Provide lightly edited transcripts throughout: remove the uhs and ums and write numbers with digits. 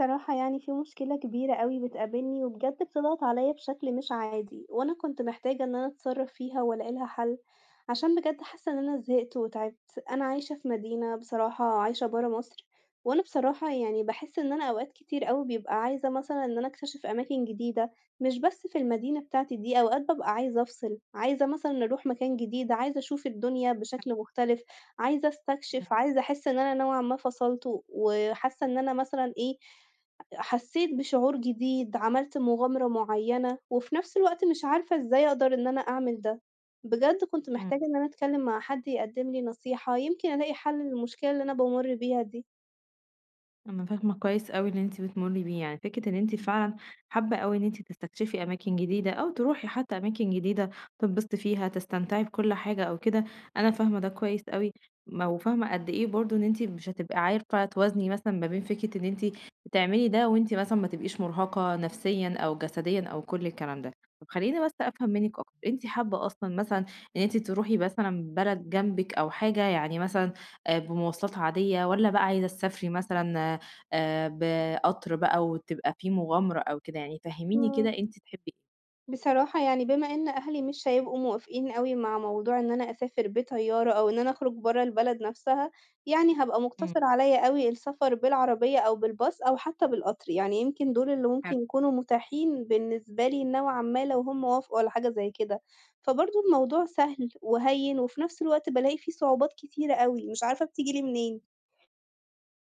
صراحة يعني في مشكلة كبيرة أوي بتقابلني وبجد بتضغط عليا بشكل مش عادي، وأنا كنت محتاجة إن أنا أتصرّف فيها وألاقي لها حل، عشان بجد حاسة إن أنا زهقت وتعبت، أنا عايشة في مدينة بصراحة عايشة برا مصر، وأنا بصراحة يعني باحس إن أنا أوقات كتير أوي بيبقى عايزة مثلًا إن أنا أكتشف أماكن جديدة، مش بس في المدينة بتاعتي دي، أوقات بابقى عايزة أفصل، عايزة مثلًا أروح مكان جديد، عايزة أشوف الدنيا بشكل مختلف. عايزة إمم، أستكشف، عايزة أحس إن أنا نوعًا ما فصلت، و- وحاسة إن أنا مثلًا إيه، حسيت بشعور جديد، عملت مغامرة معيّنة، وفي نفس الوقت مش عارفة إزاي أقدر إن أنا أعمل ده. بجد كنت إمم. محتاجة إن أنا أتكلم مع حد يقدم لي نصيحة، يمكن ألاقي حل للمشكلة اللي أنا بامُر بيها دي. أنا فاهمة كويس أوي اللي أنتِ بتمُرّي بيه، يعني فكرة إن أنتِ فعلًا حابة أوي إن أنتِ تستكشفي أماكن جديدة أو تروحي حتى أماكن جديدة تتبسطي فيها، تستمتعي بكل حاجة أو كده، أنا فاهمة ده كويس أوي، ما وفاهمة قد إيه برضه إن أنتِ مش هتبقي عارفة توازني مثلًا ما بين فكرة إن أنتِ تعملي ده وأنتِ مثلًا ما تبقيش مرهقة نفسيًا أو جسديًا أو كل الكلام ده. طب خلّيني بس أفهم منِّك أكتر، أنتِ حابة أصلًا مثلًا إن أنتِ تروحي مثلًا بلد جنبِك أو حاجة يعني مثلًا بمواصلات عادية والّا بقى عايزة تسافري مثلًا بقطر بقى وتبقى في مغامرة أو كده يعني، فهّميني إمم. كده أنتِ تحبّي إيه؟ بصراحة يعني بما إن أهلي مش هيبقوا موافقين أوي مع موضوع إن أنا أسافر بطيارة أو إن أنا أخرج برّه البلد نفسها، يعني هابقى إمم. مُقتصِر عليَّ أوي السفر بالعربية أو بالباص أو حتى بالقطر، يعني يمكن دول اللي ممكن يكونوا متاحين بالنسبة لي نوعًا ما لو هُم وافقوا على حاجة زي كده. فبرضه الموضوع سهل وهيِّن وفي نفس الوقت بالاقي فيه صعوبات كتيرة أوي، مش عارفة بتيجي لي منين.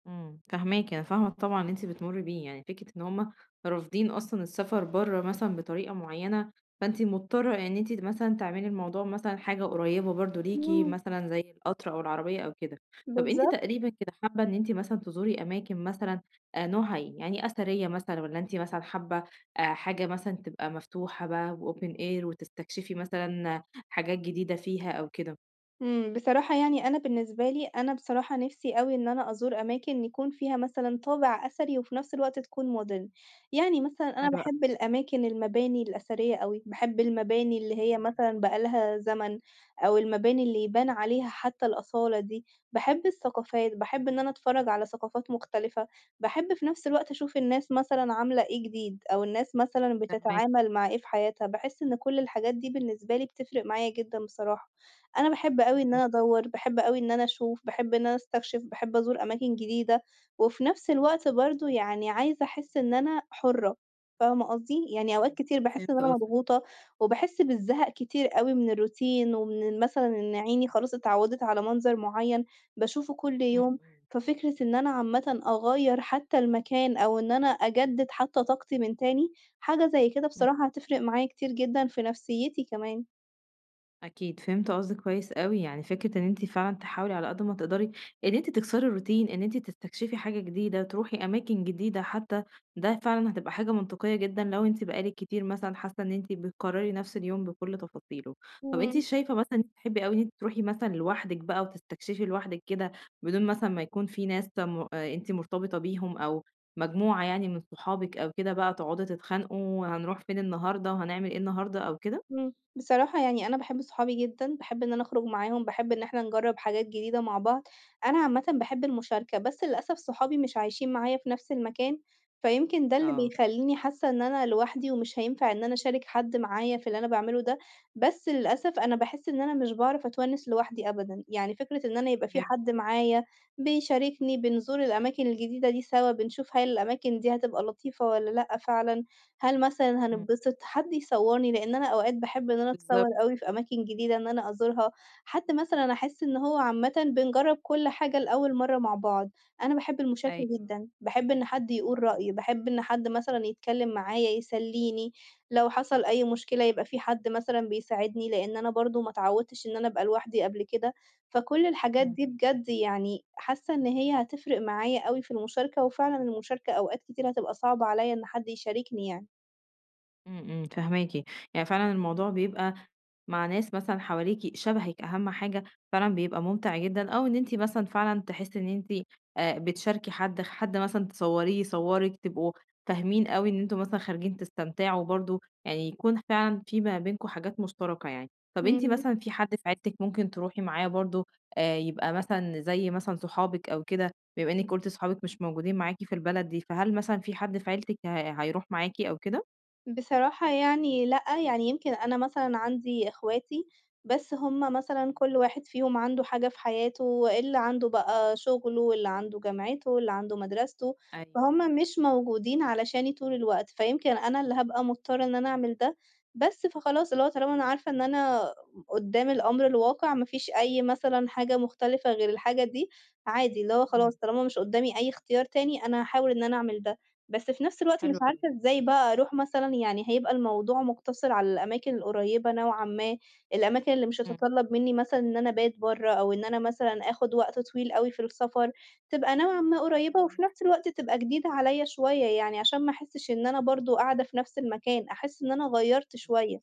إمم، فاهماكِ، أنا فاهمة طبعًا اللي أنتِ بتمُرّي بيه، يعني فكرة إن هُم رافضين أصلًا السفر برّه مثلًا بطريقة معيّنة، فأنتِ مضطرة إن أنتِ مثلًا تعملي الموضوع مثلًا حاجة قريّبة برضه ليكِ، إمم، مثلًا زي القطر أو العربية أو كده. طَب أنتِ بالضبط. تقريبًا كده حابة إن أنتِ مثلًا تزوري أماكن مثلًا نوعها إيه؟ يعني أثرية مثلًا والّا أنتِ مثلًا حابة حاجة مثلًا تبقى مفتوحة بقى وopen air وتستكشفي مثلًا حاجات جديدة فيها أو كده؟ إمم، بصراحة يعني أنا بالنسبة لي، أنا بصراحة نِفْسي أوي إن أنا أزور أماكن يكون فيها مثلًا طابع أثري وفي نَفْس الوقت تكون modern. يعني مثلًا أنا حلو أوي. باحب الأماكن المباني الأثرية أوي، باحب المباني اللي هي إمم. مثلًا بقى لها زمن، أو المباني اللي يبان عليها حتى الأصالة دي. باحب الثقافات، باحب إن أنا أتفرّج على ثقافات مختلفة، باحب في نَفْس الوقت أشوف الناس مثلًا عاملة إيه جديد، أو الناس مثلًا فاهماكِ، بتتعامل مع إيه في حياتها. باحس إن كل الحاجات دي بالنسبة لي بتفرق معايا جدًا بصراحة. أنا باحب أوي إمم، إن أنا إمم، أدوّر، باحب أوي إن أنا أشوف، باحب إن أنا أستكشف، باحب أزور أماكن جديدة، وفي نفس الوقت برضه يعني عايزة أحس إن أنا حُرّة، فاهمة قصدي؟ يعني أوقات إمم، كتير باحس إن فهمت أنا قصدِك. مضغوطة، وباحس بالزهق كتير أوي من الروتين، ومن مثلًا إن عيني أكيد. خلاص اتعوّدت على منظر معيّن باشوفه كل إمم، يوم، إمم، ففكرة إن أنا عامةً أغيّر حتى المكان أو إن أنا أجدد حتى طاقتي من تاني، حاجة زي كده إمم. بصراحة هتفرق معايا كتير جدًا في نفسيتي كمان. أكيد، فهمت قصدِك كويس أوي، يعني فكرة إن أنتِ فعلًا تحاولي على قد ما تقدري إن أنتِ تكسري الروتين، إن أنتِ تستكشفي حاجة جديدة، تروحي أماكن جديدة حتى، ده فعلًا هتبقى حاجة منطقية جدًا لو أنتِ بقالِك كتير مثلًا حاسة إن أنتِ بتكرري نفس اليوم بكل تفاصيله. طب أنتِ إمم. شايفة مثلًا إن أنتِ تحبي أوي إن أنتِ تروحي مثلًا لوحدِك بقى وتستكشفي لوحدِك كده، بدون مثلًا ما يكون في ناس م أنتِ مرتبطة بيهم أو مجموعة يعني من صحابِك أو كده بقى تقعدوا تتخانقوا، هنروح فين النهارده وهنعمل إيه النهارده أو كده؟ إمم. بصراحة يعني أنا باحب صحابي جدًا، باحب إن أنا أخرج معاهم، باحب إن إحنا نجرّب حاجات جديدة مع بعض. أنا عامةً باحب المشاركة، بس للأسف صحابي مش عايشين معايا في نفس المكان، فيمكن ده اللي آه، بيخلّيني حاسة إن أنا لوحدي ومش هينفع إن أنا أشارك حد معايا في اللي أنا باعمله ده. بس للأسف أنا باحس إن أنا مش باعرف أتونس لوحدي أبدًا، يعني فكرة إن أنا يبقى في فهمت. حد معايا بيشاركني، بنزور الأماكن الجديدة دي سوا، بنشوف هل الأماكن دي هتبقى لطيفة والّا لأ فعلًا. هل مثلًا إمم. هنتبسط، حد يصوّرني، لإن أنا أوقات باحب إن أنا أتصوّر بالضبط، أوي في أماكن جديدة إن أنا أزورها، حتى مثلًا أحس إن هو عامةً بنجرّب كل حاجة لأول مرّة مع بعض، أنا باحب المشاركة أيوه. جدًا، باحب إن حد يقول إمم، إمم، رأيه، باحب إن حد مثلًا يتكلّم معايا يسلّيني، لو حصل أي مشكلة يبقى في حد مثلًا بيساعدني، لإن أنا برضه ما اتعوّدتش إن أنا أبقى لوحدي قبل كده، فكل الحاجات إمم، دي بجد يعني حاسة إن هي هتفرق معايا أوي في المشاركة، وفعلًا المشاركة أوقات كتير هتبقى صعبة عليّا إن حد يشاركني يعني. إمم، إمم، فاهماكِ. يعني فعلًا الموضوع بيبقى مع ناس مثلًا حواليكِ شبهِك أهم حاجة، فعلًا بيبقى ممتع جدًا، أو إن أنتِ مثلًا فعلًا تحسّي إن أنتِ بتشاركي حد، حد مثلًا تصوّريه يصوّرِك، تبقوا فاهمين أوي إن أنتم مثلًا خارجين تستمتعوا برضه، يعني يكون فعلًا في ما بينكم حاجات مشتركة يعني. طَب أنتِ إمم، مثلًا في حد في عيلتِك ممكن تروحي معاه برضه يبقى مثلًا زي مثلًا صحابِك أو كده، بما إنِّك قُلتِ صحابِك مش موجودين معاكِ في البلد دي، فهل مثلًا في حد في عيلتِك هيروح معاكِ أو كده؟ بصراحة يعني لأ، يعني يمكن أنا مثلًا عندي إخواتي، بس هُم مثلًا إمم، كل واحد فيهم عنده حاجة في حياته، اللي عنده بقى شغله، اللي عنده جامعته، اللي عنده مدرسته، أيوه. فهُم مش موجودين علشاني طول الوقت، فيمكن أنا اللي هابقى مضطرة إن أنا أعمل ده، بس فخلاص اللي هو طالما أنا عارفة إن أنا قدّام الأمر الواقع ما فيش أي مثلًا حاجة مختلفة غير الحاجة دي، عادي اللي هو إمم، خلاص طالما مش قدّامي أي اختيار تاني، أنا هاحاول إن أنا أعمل ده. بس في نفس الوقت مش حلو أوي، عارفة إزاي بقى أروح مثلًا يعني هيبقى الموضوع مُقتصر على الأماكن القريّبة نوعًا ما، الأماكن اللي مش إمم. هتتطلّب منّي مثلًا إن أنا أبات برّه أو إن أنا مثلًا آخُد وقت طويل أوي في السفر، تبقى نوعًا ما قريّبة وفي فاهماكِ. نفس الوقت تبقى جديدة عليّا شوية، يعني عشان ما أحسّش إن أنا برضه قاعدة في نفس المكان، أحس إن أنا غيّرت إمم. شوية.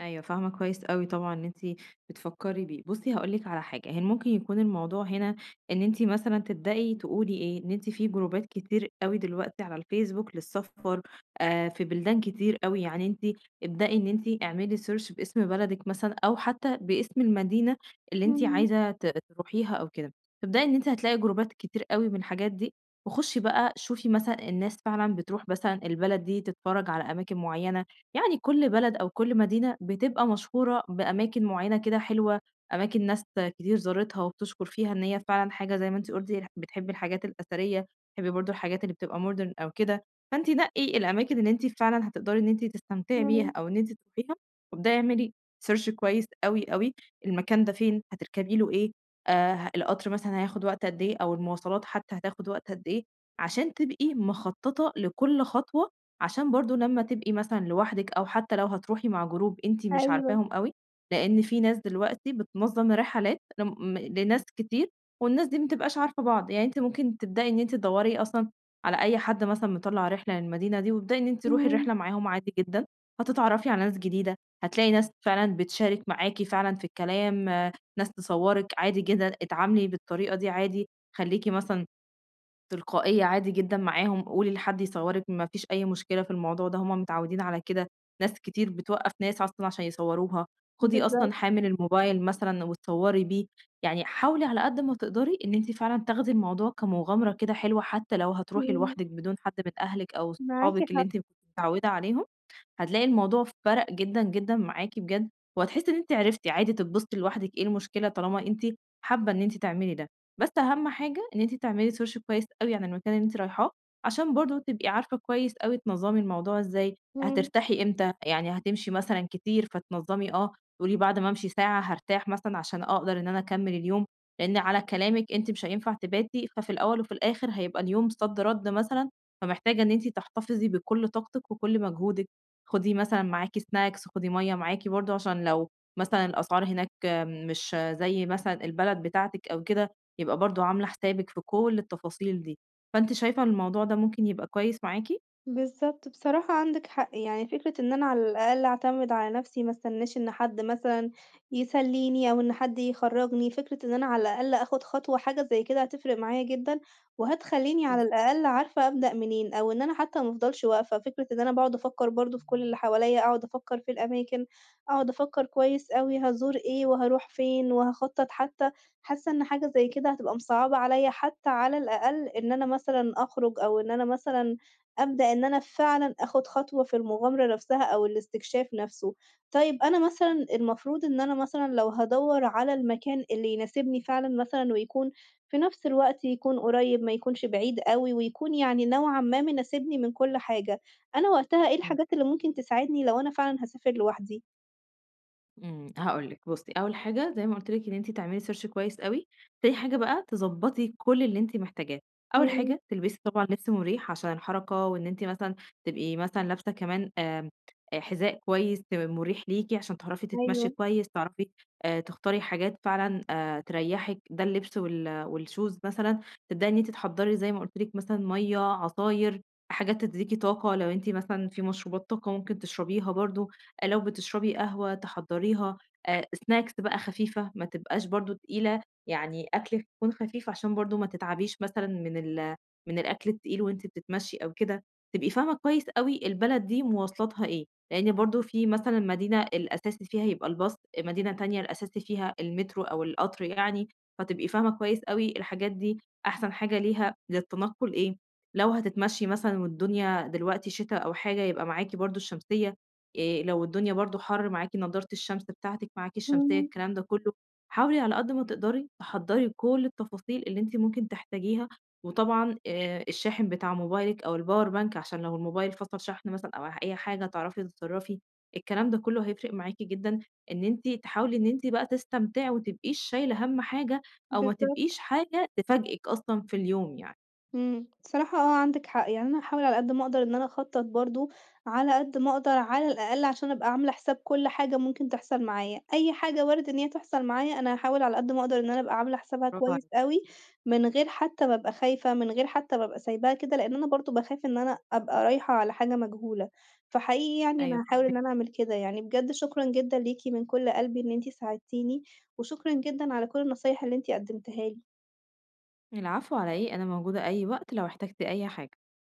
أيوه فاهمة كويس أوي طبعًا إن أنتِ بتفكّري بيه. بُصّي هاقول لِك على حاجة، ممكن يكون الموضوع هنا إن أنتِ مثلًا تبدئي تقولي إيه، إن أنتِ في جروبات كتير أوي دلوقتي على الفيسبوك للسفر في بلدان كتير أوي، يعني أنتِ ابدئي إن أنتِ اعملي search باسم بلدِك مثلًا أو حتى باسم المدينة اللي أنتِ إمم، عايزة تروحيها أو كده. تبدئي إن أنتِ هتلاقي جروبات كتير أوي من الحاجات دي، وخُشي بقى شوفي مثلًا الناس فعلًا بتروح مثلًا البلد دي تتفرّج على أماكن معيّنة، يعني كل بلد أو كل مدينة بتبقى مشهورة بأماكن معينة كده حلوة، أماكن ناس كتير زارتها وبتشكر فيها إن هي فعلًا حاجة زي ما أنتِ قُلتِ بتحبي الحاجات الأثرية، بتحبي برضه الحاجات اللي بتبقى modern أو كده، فأنتِ نقي الأماكن اللي أنتِ فعلًا هتقدري إن أنتِ تستمتعي بيها إمم، أو إن أنتِ تروحيها، وابدئي اعملي search كويس أوي، أوي، المكان ده فين، هتركبي له إيه، القطر مثلًا هياخد وقت قد إيه أو المواصلات حتى هتاخد وقت قد إيه، عشان تبقي مخططة لكل خطوة عشان برضه لمّا تبقي مثلًا لوحدِك أو حتى لو هتروحي مع جروب أنتِ مش أيوه، عارفاهم أوي، لإن في ناس دلوقتي بتنظّم رحلات لم لناس كتير، والناس دي ما بتبقاش عارفة بعض، يعني أنتِ ممكن تبدئي إن أنتِ تدوّري أصلًا على أي حد مثلًا مطلّع رحلة للمدينة دي، وابدئي إن أنتِ روحي إمم، الرحلة معاهم عادي جدًا، هتتعرّفي على ناس جديدة، هتلاقي ناس فعلًا بتشارك معاكِ فعلًا في الكلام، ناس تصوّرِك عادي جدًا، اتعاملي بالطريقة دي عادي، خلّيكِ مثلًا تلقائية عادي جدًا معاهم، قولي لحد يصورِك ما فيش أي مشكلة في الموضوع ده، هُم متعودين على كده، ناس كتير بتوقّف ناس أصلًا عشان يصوروها، خدي أصلًا بالضبط، حامل الموبايل مثلًا وتصوري بيه، يعني حاولي على قد ما تقدري إن أنتِ فعلًا تاخدي الموضوع كمغامرة كده حلوة، حتى لو هتروحي إمم، لوحدِك بدون حد من أهلِك أو معاكِ صحابِك اللي حق، أنتِ كنتِ متعودة عليهم. هتلاقي الموضوع فرق جدًا، جدًا معاكِ بجد، وهتحسي إن أنتِ عرفتِ عادي تتبسطي لوحدِك، إيه المشكلة طالما أنتِ حابة إن أنتِ تعملي ده، بس أهم حاجة إن أنتِ تعملي search كويس أوي عن المكان اللي أنتِ رايحاه، عشان برضه تبقي عارفة كويس أوي تنظّمي الموضوع إزاي، إمم. هترتاحي إمتى، يعني هتمشي مثلًا كتير فتنظّمي، تقولي بعد ما أمشي ساعة هارتاح مثلًا عشان أقدر إن أنا أكمّل اليوم، لإن على كلامِك أنتِ مش هينفع تباتي، ففي الأول وفي الآخر هيبقى اليوم صد رد مثلًا، فمحتاجة إن أنتِ تحتفظي بكل طاقتِك وكل مجهودِك. خدي مثلًا معاكِ snacks خدي مَيّة معاكِ برضه عشان لو مثلًا الأسعار هناك مش زي مثلًا البلد بتاعتِك أو كده، يبقى برضه عاملة حسابِك في كل التفاصيل دي. فأنتِ شايفة الموضوع ده ممكن يبقى كويس معاكِ؟ بالضبط، بصراحة عندِك حق، يعني فكرة إن أنا على الأقل أعتمد على نَفْسي، ما استناش إن حد مثلًا يسلّيني أو إن حد يخرّجني، فكرة إن أنا على الأقل آخُد خطوة حاجة زي كده هتفرق معايا جدًا، وهتخلّيني على بالضبط. الأقل عارفة أبدأ منين، أو إن أنا حتى ما أفضلش واقفة، فكرة إن أنا باقعد أفكّر برضه في كل اللي حواليّا، أقعد أفكّر في الأماكن، أقعد أفكّر كويس أوي هازور إيه وهاروح فين وهاخطّط حتى، حاسة إن حاجة زي كده هتبقى مصعّبة عليّا حتى على الأقل إن أنا مثلًا أخرج أو إن أنا مثلًا أبدأ إن أنا فعلًا آخُد خطوة في المغامرة نَفْسها أو الاستكشاف نَفْسه. طيب أنا مثلًا المفروض إن أنا مثلًا لو هادوّر على المكان اللي يناسبني فعلًا مثلًا ويكون في نَفْس الوقت قريّب، ما يكونش بعيد أوي ويكون يعني نوعًا ما مناسبني من كل حاجة، أنا وقتها إيه إمم. الحاجات اللي ممكن تساعدني لو أنا فعلًا هاسافر لوحدي؟ إمم، هاقول لِك بُصّي، أول حاجة زي ما قُلت لِك إن أنتِ تعملي search كويس أوي، تاني حاجة بقى تضبّطي كل اللي أنتِ محتاجاه، أول إمم، حاجة تلبسي طبعًا لبس مُريح عشان الحركة وإن أنتِ مثلًا تبقي مثلًا لابسة كمان آمم، حذاء كويس مُريح ليكِ عشان تعرفي تتمشي أيوه، كويس، تعرفي تختاري حاجات فعلًا تريّحِك، ده اللبس وال والshoes مثلًا، تبدئي إن أنتِ تحضّري زي ما قُلت لِك مثلًا مَيّة، عصاير، حاجات تدّيكِ طاقة لو أنتِ مثلًا في مشروبات طاقة ممكن تشربيها برضه. لو بتشربي قهوة تحضّريها، snacks بقى خفيفة ما تبقاش برضه تقيلة، يعني أكلِك يكون خفيف عشان برضه ما تتعبيش مثلًا من الأكل التقيل وأنتِ بتتمشّي أو كده، تبقي فاهمة كويس أوي البلد دي مواصلاتها إيه، لإن برضه في مثلًا مدينة الأساسي فيها يبقى الباص، مدينة تانية الأساسي فيها المترو أو القطر يعني، فتبقي فاهمة كويس أوي الحاجات دي أحسن حاجة ليها للتنقُّل إيه، لو هتتمشّي مثلًا والدنيا دلوقتي شتا أو حاجة يبقى معاكِ برضه الشمسية، لو الدنيا برضه حَر معاكِ نضارة الشمس بتاعتِك، معاكِ الشمسية، اهم، الكلام ده كُلّه، حاولي على قد ما تقدري تحضّري كل التفاصيل اللي أنتِ ممكن تحتاجيها، وطبعًا الشاحن بتاع موبايلِك أو الpower bank عشان لو الموبايل فصل شحن مثلًا أو أي حاجة تعرفي تتصرّفي، الكلام ده كُلّه هيفرق معاكِ جدًا، إن أنتِ تحاولي إن أنتِ بقى تستمتعي وما تبقيش شايلة هَم حاجة، أو ما بالضبط. تبقيش حاجة تفاجئِك أصلًا في اليوم يعني. إمم، بصراحة آه، عندِك حق، يعني أنا هاحاول على قد ما أقدر إن أنا أخطّط برضه، على قد ما أقدر على الأقل عشان أبقى عاملة حساب كل حاجة ممكن تحصل معايا، أي حاجة وارد إن هي تحصل معايا أنا هاحاول على قد ما أقدر إن أنا أبقى عاملة حسابها برافو كويس عليكِ. أوي، من غير حتى ما أبقى خايفة، من غير حتى ما أبقى سايباها كده، لإن أنا برضه باخاف إن أنا أبقى رايحة على حاجة مجهولة، فحقيقي يعني أنا أيوه هاحاول إن فاهماكِ. أنا أعمل كده، يعني بجد شكرًا جدًا ليكِ من كل قلبي إن أنتِ ساعدتيني، وشكرًا جدًا على كل النصايح اللي أنتِ قدمتيها لي. العفو على إيه، أنا موجودة أي وقت لو احتجتِ أي حاجة.